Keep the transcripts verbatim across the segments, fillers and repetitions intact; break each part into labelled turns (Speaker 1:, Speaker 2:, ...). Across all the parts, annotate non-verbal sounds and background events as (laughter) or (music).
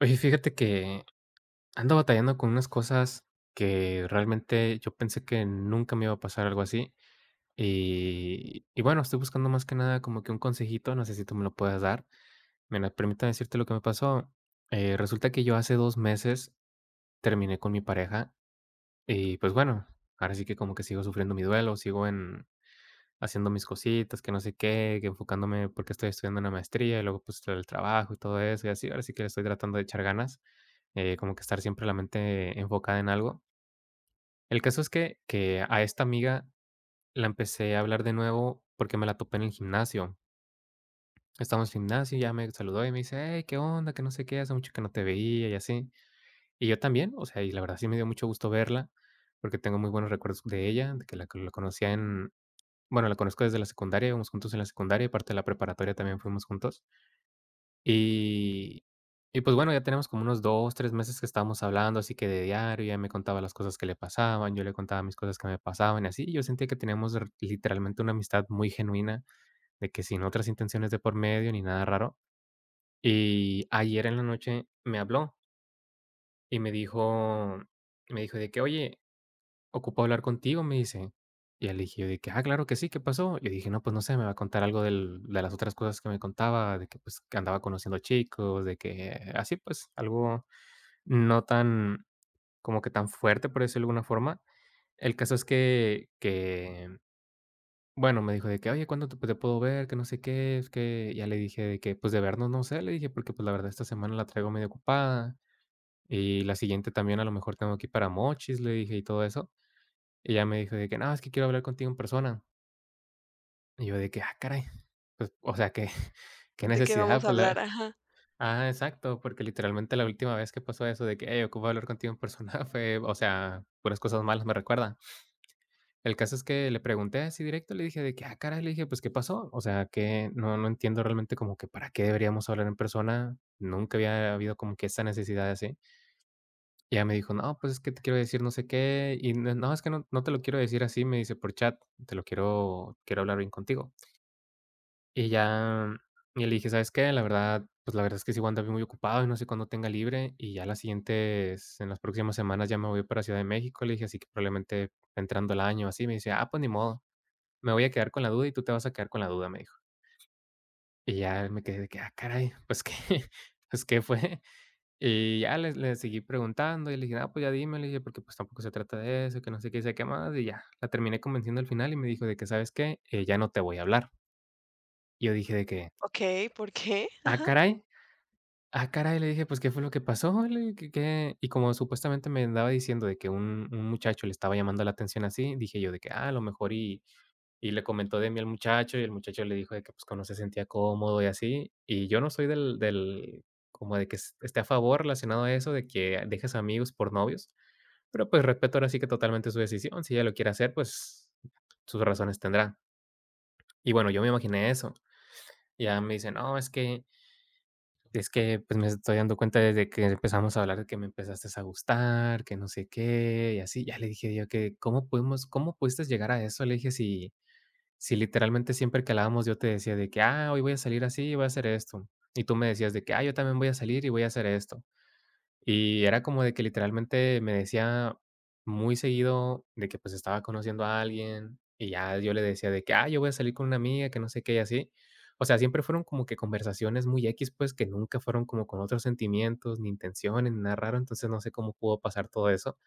Speaker 1: Oye, fíjate que ando batallando con unas cosas que realmente yo pensé que nunca me iba a pasar algo así. Y, y bueno, estoy buscando más que nada como que un consejito, no sé si tú me lo puedas dar. Mira, permítame decirte lo que me pasó. Eh, resulta que yo hace dos meses terminé con mi pareja y pues bueno, ahora sí que como que sigo sufriendo mi duelo, sigo en haciendo mis cositas, que no sé qué, que enfocándome porque estoy estudiando una maestría y luego pues el trabajo y todo eso y así, ahora sí que le estoy tratando de echar ganas eh, como que estar siempre la mente enfocada en algo. El caso es que que a esta amiga la empecé a hablar de nuevo porque me la topé en el gimnasio. Estábamos en el gimnasio, ya me saludó y me dice: "Hey, ¿qué onda? Que no sé qué, hace mucho que no te veía", y así. Y yo también, o sea, y la verdad sí me dio mucho gusto verla, porque tengo muy buenos recuerdos de ella, de que la la conocía en bueno, la conozco desde la secundaria, íbamos juntos en la secundaria, y parte de la preparatoria también fuimos juntos. Y y pues bueno, ya tenemos como unos dos tres meses que estábamos hablando, así que de diario, ya me contaba las cosas que le pasaban, yo le contaba mis cosas que me pasaban y así, y yo sentía que teníamos r literalmente una amistad muy genuina, de que sin otras intenciones de por medio ni nada raro. Y ayer en la noche me habló y me dijo me dijo de que: "Oye, ocupo hablar contigo", me dice. Y ya le dije yo de que: "Ah, claro que sí, ¿qué pasó?". Le dije: "No, pues no sé, me va a contar algo del de las otras cosas que me contaba, de que, pues, que andaba conociendo chicos, de que así, pues, algo no tan como que tan fuerte, por decirlo de alguna forma". El caso es que que, bueno, me dijo de que: "Oye, ¿cuándo te pues, te puedo ver?, que no sé qué". Es que ya le dije de que: "Pues, de vernos no sé", le dije, "porque, pues, la verdad esta semana la traigo medio ocupada, y la siguiente también a lo mejor tengo aquí para Mochis", le dije, y todo eso. Y ella me dijo de que: "No, es que quiero hablar contigo en persona". Y yo de que: "Ah, caray". Pues, o sea, que (laughs) ¿qué
Speaker 2: ¿De qué vamos
Speaker 1: necesidad?
Speaker 2: a
Speaker 1: Pues
Speaker 2: hablar?
Speaker 1: la
Speaker 2: Ajá.
Speaker 1: ajá, exacto, porque literalmente la última vez que pasó eso de que: "Hey, ocupo hablar contigo en persona", (laughs) fue, o sea, puras cosas malas me recuerda. El caso es que le pregunté así directo, le dije de que: "Ah, caray", le dije: "Pues, ¿qué pasó?". O sea, que no no entiendo realmente como que para qué deberíamos hablar en persona. Nunca había habido como que esa necesidad así. Y ella me dijo: "No, pues, es que te quiero decir no sé qué, y no no, es que no no te lo quiero decir así", me dice, "por chat, te lo quiero quiero hablar bien contigo". Y ya, y le dije: "¿Sabes qué? La verdad, pues, la verdad es que sí voy a andar muy ocupado y no sé cuándo tenga libre, y ya las siguientes en las próximas semanas ya me voy para Ciudad de México", le dije, así que probablemente entrando el año, así. Me dice: "Ah, pues, ni modo, me voy a quedar con la duda y tú te vas a quedar con la duda", me dijo. Y ya me quedé de que: "Ah, caray, pues, ¿qué? (laughs) Pues, ¿qué fue?". Y ya le le seguí preguntando y le dije: "Ah, pues ya dime", le dije, porque, pues, tampoco se trata de eso, que no sé qué, y sabe qué más, y ya. La terminé convenciendo al final y me dijo de que: "¿Sabes qué? Eh, ya no te voy a hablar". Y yo dije de que:
Speaker 2: Okey, ¿por qué?
Speaker 1: "Ah,
Speaker 2: Ajá.
Speaker 1: caray, ah, caray", le dije: "Pues, ¿qué fue lo que pasó?", le dije: "¿Qué qué?". Y como supuestamente me andaba diciendo de que un un muchacho le estaba llamando la atención así, dije yo de que: "Ah, a lo mejor y y le comentó de mí al muchacho", y el muchacho le dijo de que, pues, que no se sentía cómodo y así. Y yo no soy del del como de que es esté a favor relacionado a eso, de que dejes amigos por novios. Pero pues respeto ahora sí que totalmente su decisión. Si ella lo quiere hacer, pues sus razones tendrá. Y bueno, yo me imaginé eso. Ya me dice: "No, es que, es que pues me estoy dando cuenta desde que empezamos a hablar que me empezaste a gustar, que no sé qué", y así. Ya le dije yo que: "¿Cómo pudimos, cómo pudiste llegar a eso?". Le dije: si, si literalmente siempre que hablábamos yo te decía de que: 'Ah, hoy voy a salir así y voy a hacer esto'. Y tú me decías de que: 'Ah, yo también voy a salir y voy a hacer esto'". Y era como de que literalmente me decía muy seguido de que, pues, estaba conociendo a alguien, y ya yo le decía de que: "Ah, yo voy a salir con una amiga", que no sé qué, y así. O sea, siempre fueron como que conversaciones muy x pues, que nunca fueron como con otros sentimientos, ni intenciones, ni nada raro, entonces, no sé cómo pudo pasar todo eso.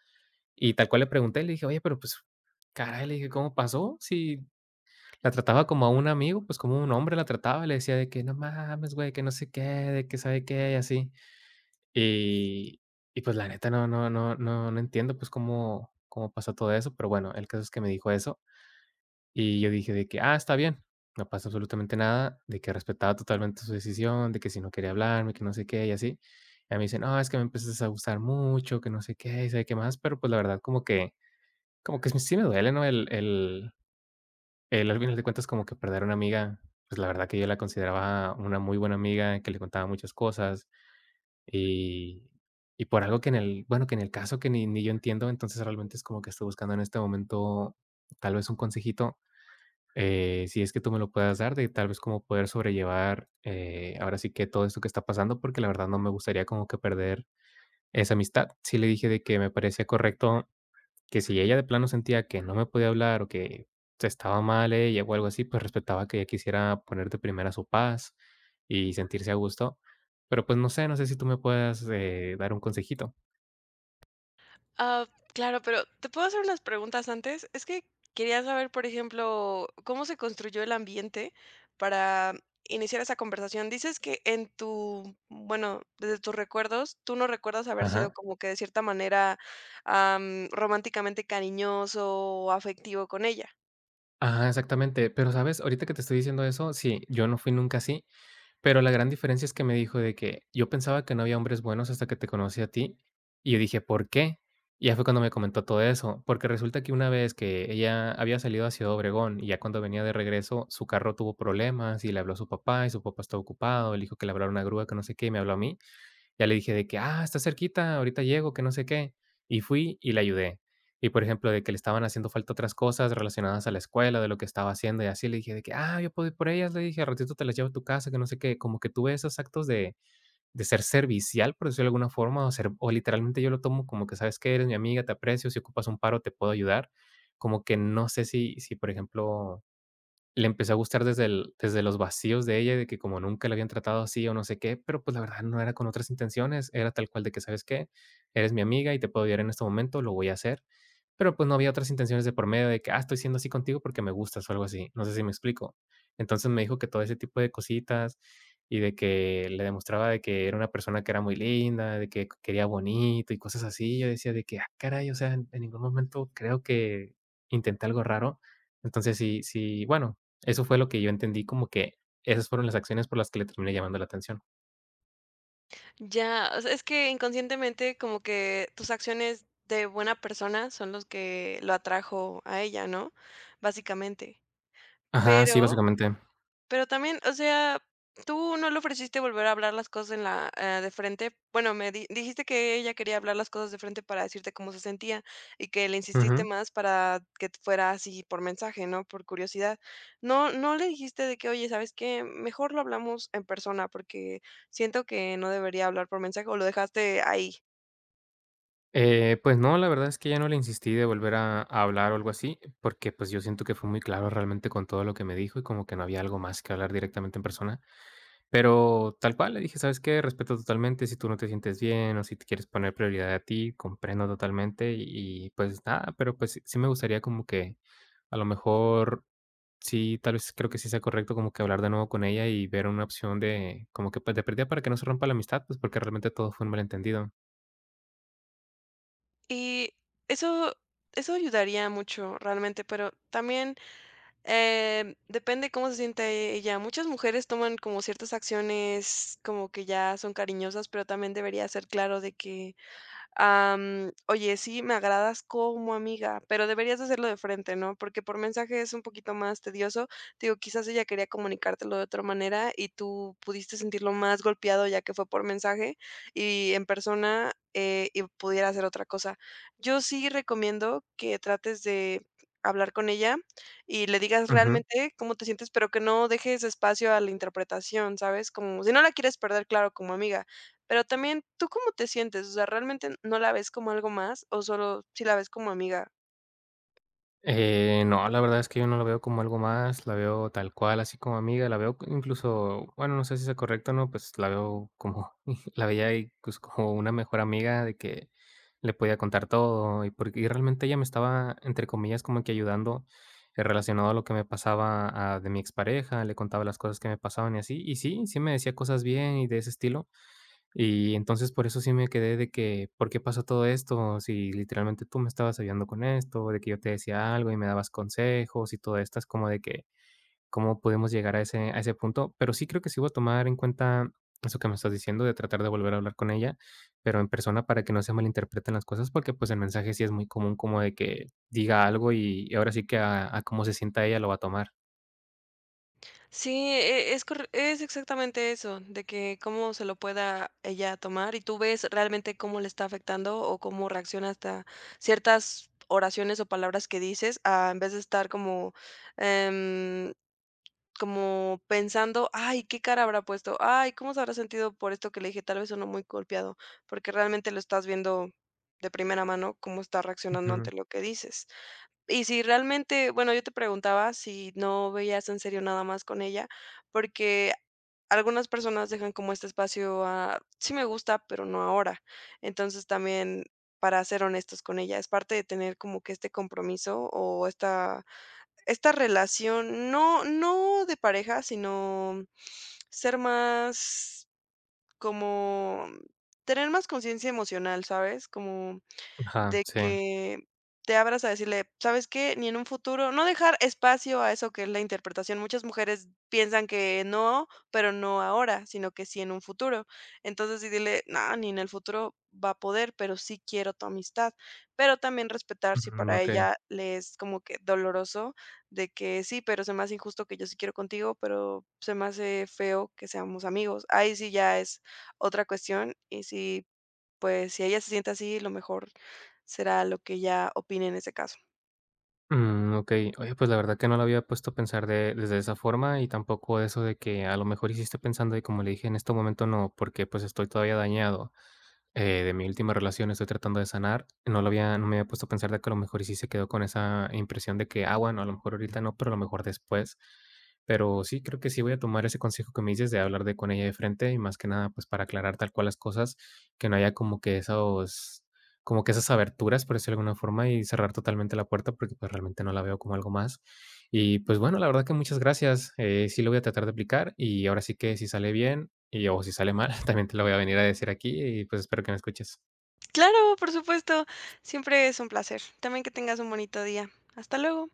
Speaker 1: Y tal cual le pregunté, le dije: "Oye, pero, pues, caray", le dije: "¿Cómo pasó? Si la trataba como a un amigo, pues, como un hombre la trataba", y le decía de que: "No mames, güey, que no sé qué, de que sabe qué", y así. Y y, pues, la neta, no no no no no entiendo, pues, cómo cómo pasa todo eso, pero bueno, el caso es que me dijo eso, y yo dije de que: "Ah, está bien, no pasa absolutamente nada", de que respetaba totalmente su decisión, de que si no quería hablarme, que no sé qué y así. Y a mí dice: "No, es que me empezaste a gustar mucho, que no sé qué y sabe qué más", pero, pues, la verdad como que como que sí sí me duele, ¿no? El el el al final de cuentas como que perder a una amiga, pues, la verdad que yo la consideraba una muy buena amiga, que le contaba muchas cosas, y y por algo que en el bueno, que en el caso que ni ni yo entiendo, entonces realmente es como que estoy buscando en este momento, tal vez un consejito, eh, si es que tú me lo puedas dar, de tal vez cómo poder sobrellevar, eh, ahora sí que todo esto que está pasando, porque la verdad no me gustaría como que perder esa amistad. Sí le dije de que me parecía correcto que si ella de plano sentía que no me podía hablar, o que se estaba mal ella, o algo así, pues, respetaba que ella quisiera poner de primera su paz y sentirse a gusto. Pero, pues, no sé, no sé si tú me puedas, eh, dar un consejito.
Speaker 2: Ah, claro, pero, ¿te puedo hacer unas preguntas antes? Es que quería saber, por ejemplo, ¿cómo se construyó el ambiente para iniciar esa conversación? Dices que en tu bueno, desde tus recuerdos, tú no recuerdas haber sido
Speaker 1: Ajá.
Speaker 2: como que de cierta manera, am, románticamente cariñoso o afectivo con ella.
Speaker 1: Ajá, exactamente. Pero, ¿sabes? Ahorita que te estoy diciendo eso, sí, yo no fui nunca así. Pero la gran diferencia es que me dijo de que: "Yo pensaba que no había hombres buenos hasta que te conocí a ti". Y yo dije: "¿Por qué?". Y ya fue cuando me comentó todo eso, porque resulta que una vez que ella había salido a Ciudad Obregón, y ya cuando venía de regreso, su carro tuvo problemas, y le habló a su papá, y su papá estaba ocupado, le dijo que le hablara una grúa, que no sé qué, y me habló a mí. Ya le dije de que: "Ah, está cerquita, ahorita llego, que no sé qué". Y fui y le ayudé. Y, por ejemplo, de que le estaban haciendo falta otras cosas relacionadas a la escuela, de lo que estaba haciendo y así, le dije de que: "Ah, yo puedo ir por ellas", le dije, "al ratito te las llevo a tu casa", que no sé qué. Como que tuve esos actos de de ser servicial, por decirlo de alguna forma, o ser o literalmente yo lo tomo como que: "¿Sabes que Eres mi amiga, te aprecio, si ocupas un paro te puedo ayudar". Como que no sé si si, por ejemplo, le empezó a gustar desde el desde los vacíos de ella, de que como nunca la habían tratado así o no sé qué, pero, pues, la verdad no era con otras intenciones, era tal cual de que: "¿Sabes qué?" Eres mi amiga y te puedo ayudar en este momento, lo voy a hacer, pero, pues, no había otras intenciones de por medio de que, ah, estoy siendo así contigo porque me gustas o algo así. No sé si me explico. Entonces me dijo que todo ese tipo de cositas y de que le demostraba de que era una persona que era muy linda, de que quería bonito y cosas así. Yo decía de que, ah, caray, o sea, en en ningún momento creo que intenté algo raro. Entonces sí sí, bueno, eso fue lo que yo entendí, como que esas fueron las acciones por las que le terminé llamando la atención.
Speaker 2: Ya, o sea, es que inconscientemente como que tus acciones de buena persona son los que lo atrajo a ella, ¿no? Básicamente.
Speaker 1: Ajá, sí,
Speaker 2: Pero
Speaker 1: básicamente.
Speaker 2: pero también, o sea, tú no le ofreciste volver a hablar las cosas en la eh, de frente. Bueno, me di dijiste que ella quería hablar las cosas de frente para decirte cómo se sentía y que le insististe
Speaker 1: Ujú.
Speaker 2: más para que t- fuera así por mensaje, ¿no? Por curiosidad. No, no le dijiste de que, oye, ¿sabes qué? Mejor lo hablamos en persona porque siento que no debería hablar por mensaje o lo dejaste ahí.
Speaker 1: Eh, pues no, la verdad es que ya no le insistí de volver a, a hablar o algo así, porque pues yo siento que fue muy claro realmente con todo lo que me dijo y como que no había algo más que hablar directamente en persona. Pero tal cual, le dije, ¿sabes qué? Respeto totalmente si tú no te sientes bien o si te quieres poner prioridad a ti, comprendo totalmente y, y, pues nada, pero pues sí sí me gustaría como que a lo mejor. Sí, tal vez creo que sí sea correcto como que hablar de nuevo con ella y ver una opción de como que, pues, de perdida para que no se rompa la amistad, pues, porque realmente todo fue un malentendido.
Speaker 2: Y eso, eso ayudaría mucho realmente, pero también em, depende cómo se siente ella. Muchas mujeres toman como ciertas acciones como que ya son cariñosas, pero también debería ser claro de que Am, oye, sí, me agradas como amiga, pero deberías de hacerlo de frente, ¿no? Porque por mensaje es un poquito más tedioso. Te digo, quizás ella quería comunicártelo de otra manera y tú pudiste sentirlo más golpeado ya que fue por mensaje y en persona eh, y pudiera hacer otra cosa. Yo sí recomiendo que trates de hablar con ella y le digas
Speaker 1: Ujú.
Speaker 2: realmente cómo te sientes, pero que no dejes espacio a la interpretación, ¿sabes? Como si no la quieres perder, claro, como amiga, pero también, ¿tú cómo te sientes? O sea, ¿realmente no la ves como algo más o solo si la ves como amiga?
Speaker 1: Eh, no, la verdad es que yo no la veo como algo más, la veo tal cual, así como amiga, la veo incluso, bueno, no sé si es correcto o no, pues la veo como, (laughs) la veía y, pues como una mejor amiga de que le podía contar todo y porque y realmente ella me estaba, entre comillas, como que ayudando eh, relacionado a lo que me pasaba a- de mi expareja, le contaba las cosas que me pasaban y así, y sí, sí me decía cosas bien y de ese estilo y entonces por eso sí me quedé de que, ¿por qué pasó todo esto? Si literalmente tú me estabas ayudando con esto, de que yo te decía algo y me dabas consejos y todo esto, es como de que, ¿cómo podemos llegar a ese, a ese punto? Pero sí creo que sí voy a tomar en cuenta eso que me estás diciendo, de tratar de volver a hablar con ella, pero en persona para que no se malinterpreten las cosas, porque pues el mensaje sí es muy común como de que diga algo y, y ahora sí que a, a cómo se sienta ella lo va a tomar.
Speaker 2: Sí, e- es, corre- es exactamente eso, de que cómo se lo pueda ella tomar y tú ves realmente cómo le está afectando o cómo reacciona hasta ciertas oraciones o palabras que dices, a, en vez de estar como em, como pensando: "Ay, ¿qué cara habrá puesto? Ay, ¿cómo se habrá sentido por esto que le dije?". Tal vez sonó muy golpeado, porque realmente lo estás viendo de primera mano cómo está reaccionando
Speaker 1: Ujú.
Speaker 2: ante lo que dices. Y si realmente, bueno, yo te preguntaba si no veías en serio nada más con ella, porque algunas personas dejan como este espacio a: "Sí me gusta, pero no ahora". Entonces, también para ser honestos con ella, es parte de tener como que este compromiso o esta esta relación, no no de pareja, sino ser más como tener más conciencia emocional, ¿sabes? Como
Speaker 1: Ajá,
Speaker 2: de
Speaker 1: sí.
Speaker 2: que te abras a decirle, ¿sabes qué? Ni en un futuro, no dejar espacio a eso que es la interpretación. Muchas mujeres piensan que no, pero no ahora, sino que sí en un futuro. Entonces, sí dile, no, ni en el futuro va a poder, pero sí quiero tu amistad. Pero también respetar si
Speaker 1: Ujú,
Speaker 2: para
Speaker 1: ok.
Speaker 2: ella le es como que doloroso de que sí, pero se me hace injusto que yo sí quiero contigo, pero se me hace feo que seamos amigos. Ahí sí ya es otra cuestión y sí, pues, si ella se siente así, lo mejor será lo que ella opine en ese caso.
Speaker 1: Mm, okey. Oye, pues, la verdad que no lo había puesto a pensar de desde esa forma, y tampoco eso de que a lo mejor hiciste pensando y como le dije: "En este momento no", porque, pues, estoy todavía dañado, eh, de mi última relación, estoy tratando de sanar. No lo había no me había puesto a pensar de que a lo mejor y sí se quedó con esa impresión de que: "Ah, bueno, a lo mejor ahorita no, pero a lo mejor después". Pero sí, creo que sí voy a tomar ese consejo que me dices de hablar de con ella de frente y más que nada, pues, para aclarar tal cual las cosas, que no haya como que esos como que esas aberturas, por decirlo de alguna forma, y cerrar totalmente la puerta porque pues realmente no la veo como algo más. Y pues bueno, la verdad que muchas gracias. Eh, sí lo voy a tratar de aplicar y ahora sí que si sale bien y o si sale mal, (laughs) también te lo voy a venir a decir aquí y pues espero que me escuches.
Speaker 2: Claro, por supuesto, siempre es un placer. También que tengas un bonito día. Hasta luego.